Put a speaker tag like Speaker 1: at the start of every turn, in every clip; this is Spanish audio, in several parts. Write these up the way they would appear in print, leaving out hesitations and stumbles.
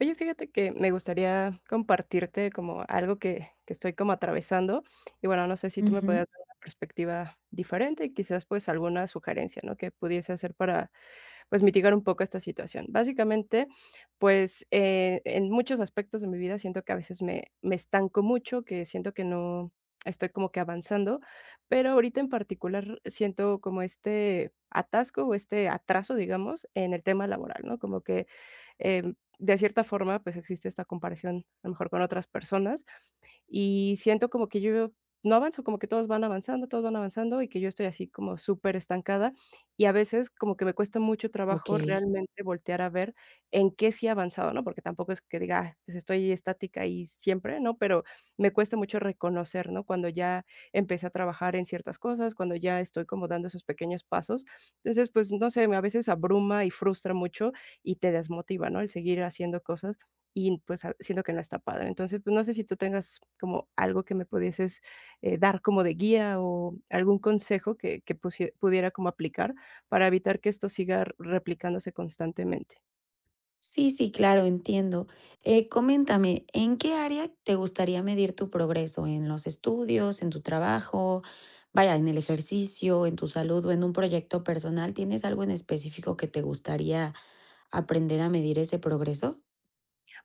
Speaker 1: Oye, fíjate que me gustaría compartirte como algo que estoy como atravesando y bueno, no sé si tú me
Speaker 2: Ujú,
Speaker 1: puedes dar una perspectiva diferente y quizás pues alguna sugerencia, ¿no? Que pudiese hacer para pues, mitigar un poco esta situación. Básicamente, pues, en muchos aspectos de mi vida siento que a veces me estanco mucho, que siento que no estoy como que avanzando, pero ahorita en particular siento como este atasco o este atraso, digamos, en el tema laboral, ¿no? Como que, de cierta forma, pues, existe esta comparación, a lo mejor, con otras personas, y siento como que yo no avanzo, como que todos van avanzando, y que yo estoy así como súper estancada y a veces como que me cuesta mucho
Speaker 2: ok.
Speaker 1: trabajo realmente voltear a ver en qué sí he avanzado, ¿no? Porque tampoco es que diga: "Ah, pues estoy estática y siempre", ¿no? Pero me cuesta mucho reconocer, ¿no? Cuando ya empecé a trabajar en ciertas cosas, cuando ya estoy como dando esos pequeños pasos. Entonces, pues, no sé, me a veces abruma y frustra mucho y te desmotiva, ¿no? El seguir haciendo cosas y, pues, ah, siento que no está padre. Entonces, pues, no sé si tú tengas como algo que me pudieses, dar como de guía o algún consejo que pusie pudiera como aplicar para evitar que esto siga replicándose constantemente.
Speaker 2: Sí, sí, claro, entiendo. Coméntame, ¿en qué área te gustaría medir tu progreso? ¿En los estudios, en tu trabajo, vaya, en el ejercicio, en tu salud o en un proyecto personal? ¿Tienes algo en específico que te gustaría aprender a medir ese progreso?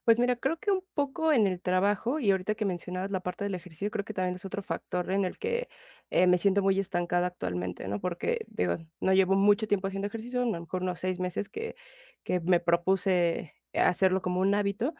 Speaker 1: Pues mira, creo que un poco en el trabajo, y ahorita que mencionabas la parte del ejercicio, creo que también es otro factor en el que me siento muy estancada actualmente, ¿no? Porque, digo, no llevo mucho tiempo haciendo ejercicio, a lo mejor unos 6 meses que me propuse hacerlo como un hábito.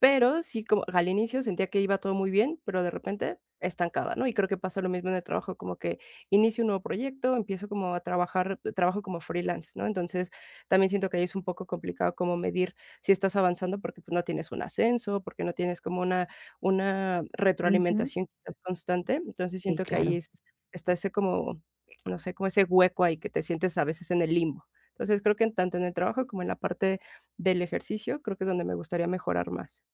Speaker 1: Pero sí, como al inicio sentía que iba todo muy bien, pero de repente estancada, ¿no? Y creo que pasa lo mismo en el trabajo, como que inicio un nuevo proyecto, empiezo como a trabajar, trabajo como freelance, ¿no? Entonces, también siento que ahí es un poco complicado como medir si estás avanzando porque pues, no tienes un ascenso, porque no tienes como una
Speaker 2: Ujú,
Speaker 1: retroalimentación quizás constante. Entonces,
Speaker 2: sí,
Speaker 1: siento que ahí
Speaker 2: claro.
Speaker 1: es, está ese como, no sé, como ese hueco ahí que te sientes a veces en el limbo. Entonces, creo que en tanto en el trabajo como en la parte del ejercicio, creo que es donde me gustaría mejorar más.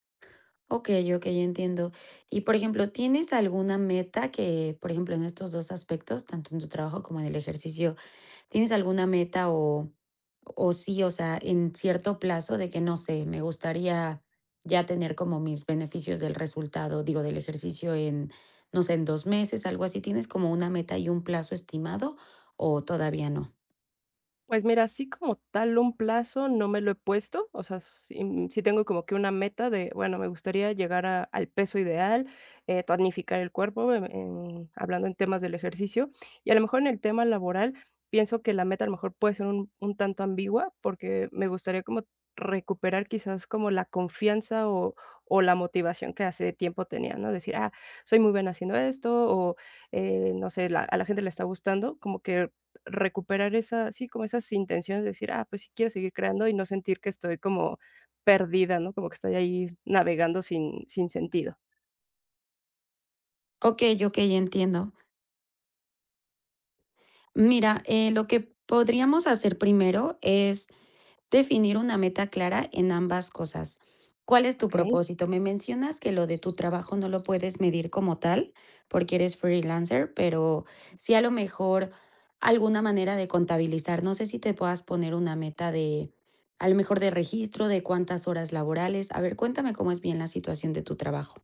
Speaker 2: Ok, ok, entiendo. Y por ejemplo, ¿tienes alguna meta que, por ejemplo, en estos dos aspectos, tanto en tu trabajo como en el ejercicio, ¿tienes alguna meta o sí, o sea, en cierto plazo de que, no sé, me gustaría ya tener como mis beneficios del resultado, digo, del ejercicio en, no sé, en 2 meses, algo así? ¿Tienes como una meta y un plazo estimado o todavía no?
Speaker 1: Pues mira, así como tal un plazo no me lo he puesto, o sea, sí, sí tengo como que una meta de, bueno, me gustaría llegar al peso ideal, tonificar el cuerpo, hablando en temas del ejercicio, y a lo mejor en el tema laboral pienso que la meta a lo mejor puede ser un tanto ambigua porque me gustaría como recuperar quizás como la confianza o la motivación que hace tiempo tenía, ¿no? Decir, ah, soy muy buena haciendo esto o, no sé, a la gente le está gustando, como que recuperar esa sí, como esas intenciones de decir: "Ah, pues sí quiero seguir creando", y no sentir que estoy como perdida, ¿no? Como que estoy ahí navegando sin sentido,
Speaker 2: Okey, okey, entiendo. Mira, lo que podríamos hacer primero es definir una meta clara en ambas cosas. ¿Cuál es tu
Speaker 1: ¿okey?
Speaker 2: propósito? Me mencionas que lo de tu trabajo no lo puedes medir como tal, porque eres freelancer, pero sí a lo mejor alguna manera de contabilizar. No sé si te puedas poner una meta de, a lo mejor de registro, de cuántas horas laborales. A ver, cuéntame cómo es bien la situación de tu trabajo.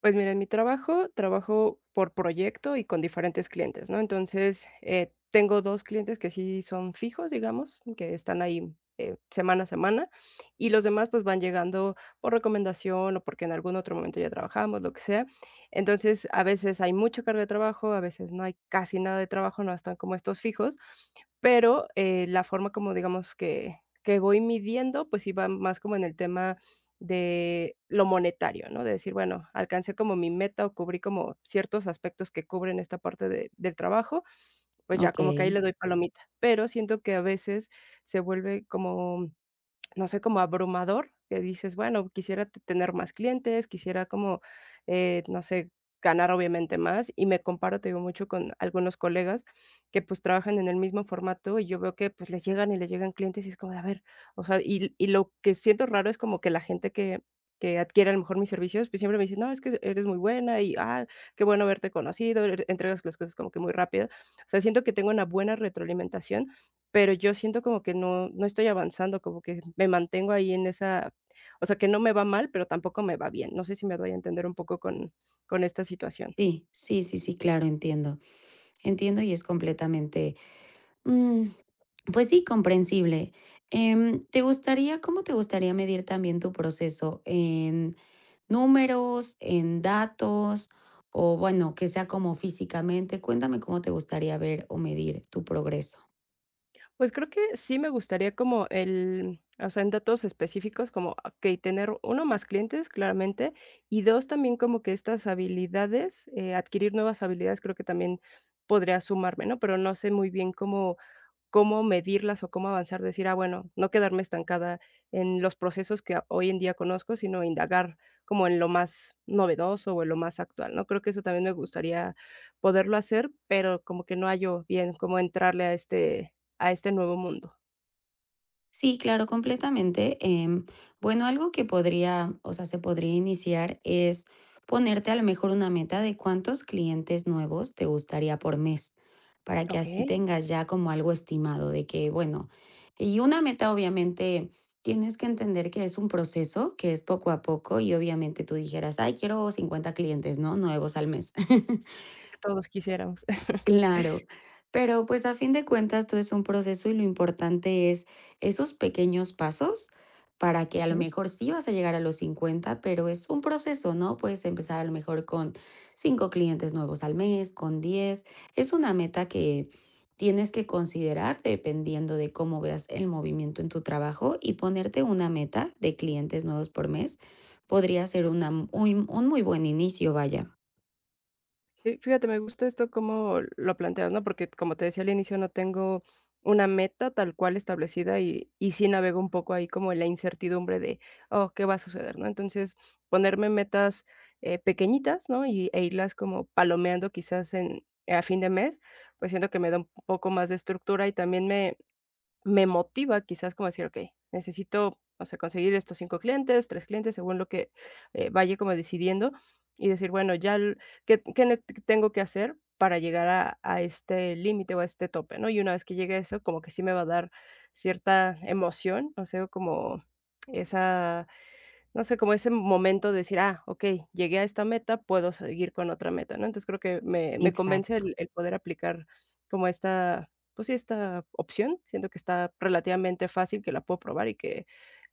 Speaker 1: Pues mira, en mi trabajo, trabajo por proyecto y con diferentes clientes, ¿no? Entonces, tengo 2 clientes que sí son fijos, digamos, que están ahí, semana a semana, y los demás, pues, van llegando por recomendación o porque en algún otro momento ya trabajamos, lo que sea. Entonces, a veces hay mucha carga de trabajo, a veces no hay casi nada de trabajo, no están como estos fijos, pero, la forma como digamos que voy midiendo, pues sí va más como en el tema de lo monetario, ¿no? De decir, bueno, alcancé como mi meta o cubrí como ciertos aspectos que cubren esta parte de del trabajo, pues ya
Speaker 2: Ok,
Speaker 1: como que ahí le doy palomita. Pero siento que a veces se vuelve como no sé, como abrumador, que dices: "Bueno, quisiera t tener más clientes, quisiera como, no sé, ganar obviamente más", y me comparo, te digo, mucho con algunos colegas que, pues, trabajan en el mismo formato, y yo veo que, pues, les llegan y les llegan clientes, y es como de, a ver, o sea, y lo que siento raro es como que la gente que adquiere a lo mejor mis servicios, pues, siempre me dice: "No, es que eres muy buena", y, "Ah, qué bueno haberte conocido, er entregas las cosas como que muy rápido". O sea, siento que tengo una buena retroalimentación, pero yo siento como que no no estoy avanzando, como que me mantengo ahí en esa o sea, que no me va mal, pero tampoco me va bien. No sé si me doy a entender un poco con esta situación.
Speaker 2: sí, sí, sí, sí, claro, entiendo. Entiendo y es completamente. Mm, pues sí, comprensible. ¿Te gustaría, cómo te gustaría medir también tu proceso? ¿En números, en datos o bueno, que sea como físicamente? Cuéntame cómo te gustaría ver o medir tu progreso.
Speaker 1: Pues creo que sí me gustaría como el o sea, en datos específicos, como, okey, tener uno más clientes, claramente, y 2 también como que estas habilidades, adquirir nuevas habilidades, creo que también podría sumarme, ¿no? Pero no sé muy bien cómo medirlas o cómo avanzar, decir: "Ah, bueno", no quedarme estancada en los procesos que hoy en día conozco, sino indagar como en lo más novedoso o en lo más actual, ¿no? Creo que eso también me gustaría poderlo hacer, pero como que no hallo bien cómo entrarle a este nuevo mundo.
Speaker 2: Sí, claro, completamente. Bueno, algo que podría, o sea, se podría iniciar es ponerte a lo mejor una meta de cuántos clientes nuevos te gustaría por mes, para que así
Speaker 1: Okey,
Speaker 2: tengas ya como algo estimado de que, bueno, y una meta obviamente tienes que entender que es un proceso, que es poco a poco y obviamente tú dijeras, ay, quiero 50 clientes, ¿no? Nuevos al mes.
Speaker 1: que todos quisiéramos.
Speaker 2: Claro, pero pues a fin de cuentas todo es un proceso y lo importante es esos pequeños pasos para que a lo
Speaker 1: Ujú.
Speaker 2: mejor sí vas a llegar a los 50, pero es un proceso, ¿no? Puedes empezar a lo mejor con 5 clientes nuevos al mes, con 10. Es una meta que tienes que considerar dependiendo de cómo veas el movimiento en tu trabajo y ponerte una meta de clientes nuevos por mes podría ser una, un muy buen inicio, vaya.
Speaker 1: Sí, fíjate, me gusta esto como lo planteas, ¿no? Porque como te decía al inicio, no tengo una meta tal cual establecida y sí navego un poco ahí como en la incertidumbre de, oh, ¿qué va a suceder, no? Entonces, ponerme metas pequeñitas, ¿no? E irlas como palomeando quizás en, a fin de mes, pues siento que me da un poco más de estructura y también me motiva quizás como decir: "Okey, necesito, o sea, conseguir estos 5 clientes, 3 clientes", según lo que, vaya como decidiendo, y decir: "Bueno, ya l ¿qué qué ne tengo que hacer para llegar a este límite o a este tope?", ¿no? Y una vez que llegue a eso, como que sí me va a dar cierta emoción, o sea, como esa no sé, como ese momento de decir: "Ah, ok llegué a esta meta, puedo seguir con otra meta", ¿no? Entonces, creo que me convence
Speaker 2: Exacto.
Speaker 1: el poder aplicar como esta, pues sí, esta opción. Siento que está relativamente fácil, que la puedo probar y que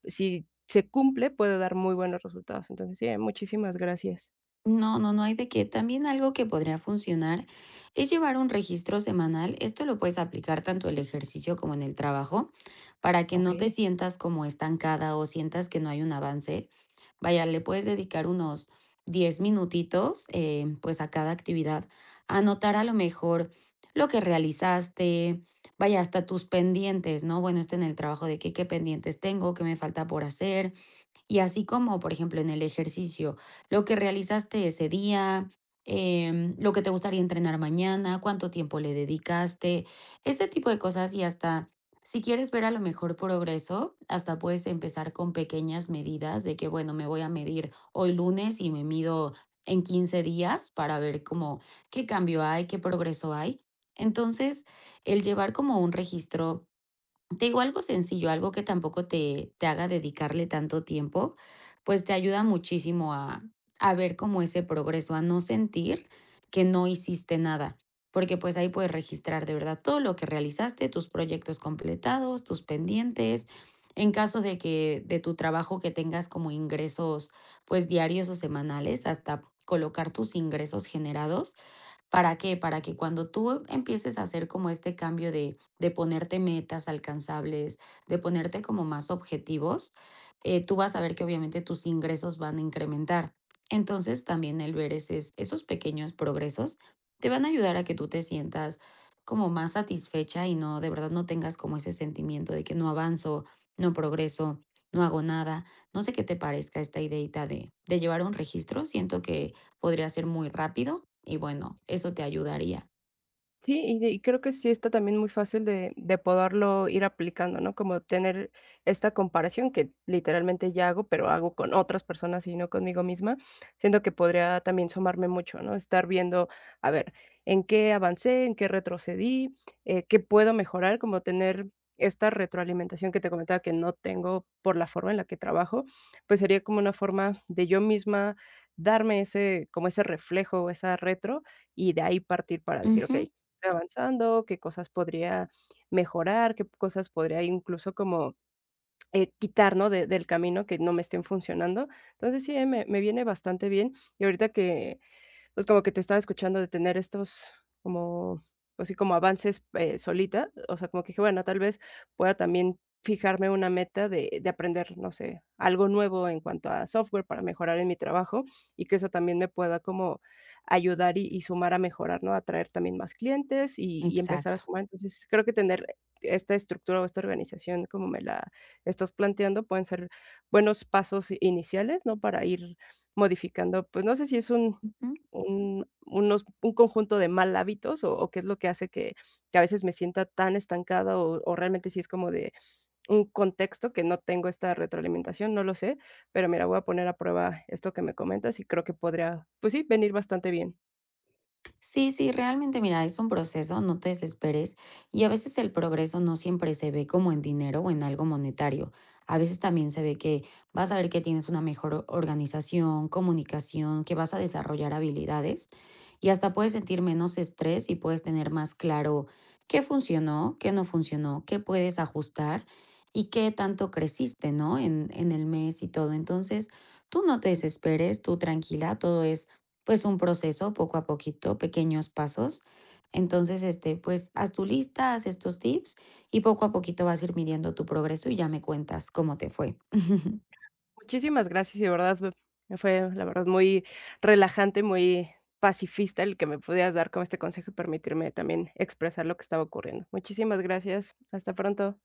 Speaker 1: si se cumple, puede dar muy buenos resultados. Entonces, sí, muchísimas gracias.
Speaker 2: No, no, no hay de qué. También algo que podría funcionar es llevar un registro semanal. Esto lo puedes aplicar tanto en el ejercicio como en el trabajo para que no te
Speaker 1: Okey.
Speaker 2: sientas como estancada o sientas que no hay un avance. Vaya, le puedes dedicar unos 10 minutitos pues a cada actividad. Anotar a lo mejor lo que realizaste, vaya, hasta tus pendientes, ¿no? Bueno, este en el trabajo de que qué pendientes tengo, qué me falta por hacer, y así como, por ejemplo, en el ejercicio, lo que realizaste ese día, lo que te gustaría entrenar mañana, cuánto tiempo le dedicaste, este tipo de cosas y hasta si quieres ver a lo mejor progreso, hasta puedes empezar con pequeñas medidas de que, bueno, me voy a medir hoy lunes y me mido en 15 días para ver cómo qué cambio hay, qué progreso hay. Entonces, el llevar como un registro te digo algo sencillo, algo que tampoco te haga dedicarle tanto tiempo, pues te ayuda muchísimo a ver como ese progreso, a no sentir que no hiciste nada, porque pues ahí puedes registrar de verdad todo lo que realizaste, tus proyectos completados, tus pendientes. En caso de que de tu trabajo que tengas como ingresos pues diarios o semanales, hasta colocar tus ingresos generados. ¿Para qué? Para que cuando tú empieces a hacer como este cambio de ponerte metas alcanzables, de ponerte como más objetivos, tú vas a ver que obviamente tus ingresos van a incrementar. Entonces también el ver esos pequeños progresos te van a ayudar a que tú te sientas como más satisfecha y no, de verdad no tengas como ese sentimiento de que no avanzo, no progreso, no hago nada. No sé qué te parezca esta ideita de, llevar un registro, siento que podría ser muy rápido y bueno, eso te ayudaría.
Speaker 1: Sí, y creo que sí está también muy fácil de poderlo ir aplicando, ¿no? Como tener esta comparación que literalmente ya hago, pero hago con otras personas y no conmigo misma. Siento que podría también sumarme mucho, ¿no? Estar viendo, a ver, en qué avancé, en qué retrocedí, qué puedo mejorar, como tener esta retroalimentación que te comentaba que no tengo por la forma en la que trabajo, pues sería como una forma de yo misma darme ese como ese reflejo esa retro y de ahí partir para decir: "Okey,
Speaker 2: Ujú,
Speaker 1: estoy avanzando, qué cosas podría mejorar, qué cosas podría incluso como, quitar, ¿no?, de del camino que no me estén funcionando. Entonces sí, me viene bastante bien. Y ahorita que pues, como que te estaba escuchando de tener estos como, así como avances, solita, o sea, como que dije, bueno, tal vez pueda también fijarme una meta de aprender, no sé, algo nuevo en cuanto a software para mejorar en mi trabajo y que eso también me pueda como ayudar y sumar a mejorar, ¿no? Atraer también más clientes y empezar a
Speaker 2: exacto.
Speaker 1: sumar. Entonces, creo que tener esta estructura o esta organización como me la estás planteando pueden ser buenos pasos iniciales, ¿no? Para ir modificando, pues, no sé si es
Speaker 2: Ujú.
Speaker 1: un unos un conjunto de mal hábitos, o qué es lo que hace que a veces me sienta tan estancada, o realmente sí es como de un contexto que no tengo esta retroalimentación, no lo sé, pero mira, voy a poner a prueba esto que me comentas y creo que podría, pues sí, venir bastante bien.
Speaker 2: Sí, sí, realmente, mira, es un proceso, no te desesperes, y a veces el progreso no siempre se ve como en dinero o en algo monetario. A veces también se ve que vas a ver que tienes una mejor organización, comunicación, que vas a desarrollar habilidades y hasta
Speaker 1: Ujú.
Speaker 2: puedes sentir menos estrés y puedes tener más claro qué funcionó, qué no funcionó, qué puedes ajustar y qué tanto creciste, ¿no? En, el mes y todo. Entonces, tú no te desesperes, tú tranquila, todo es pues un proceso poco a poquito, pequeños pasos. Entonces, este, pues haz tu lista, haz estos tips y poco a poquito vas a ir midiendo tu progreso y ya me cuentas cómo te fue.
Speaker 1: Muchísimas gracias, y de verdad me fue, la verdad, muy relajante, muy pacifista el que me pudieras dar con este consejo y permitirme también expresar lo que estaba ocurriendo. Muchísimas gracias. Hasta pronto.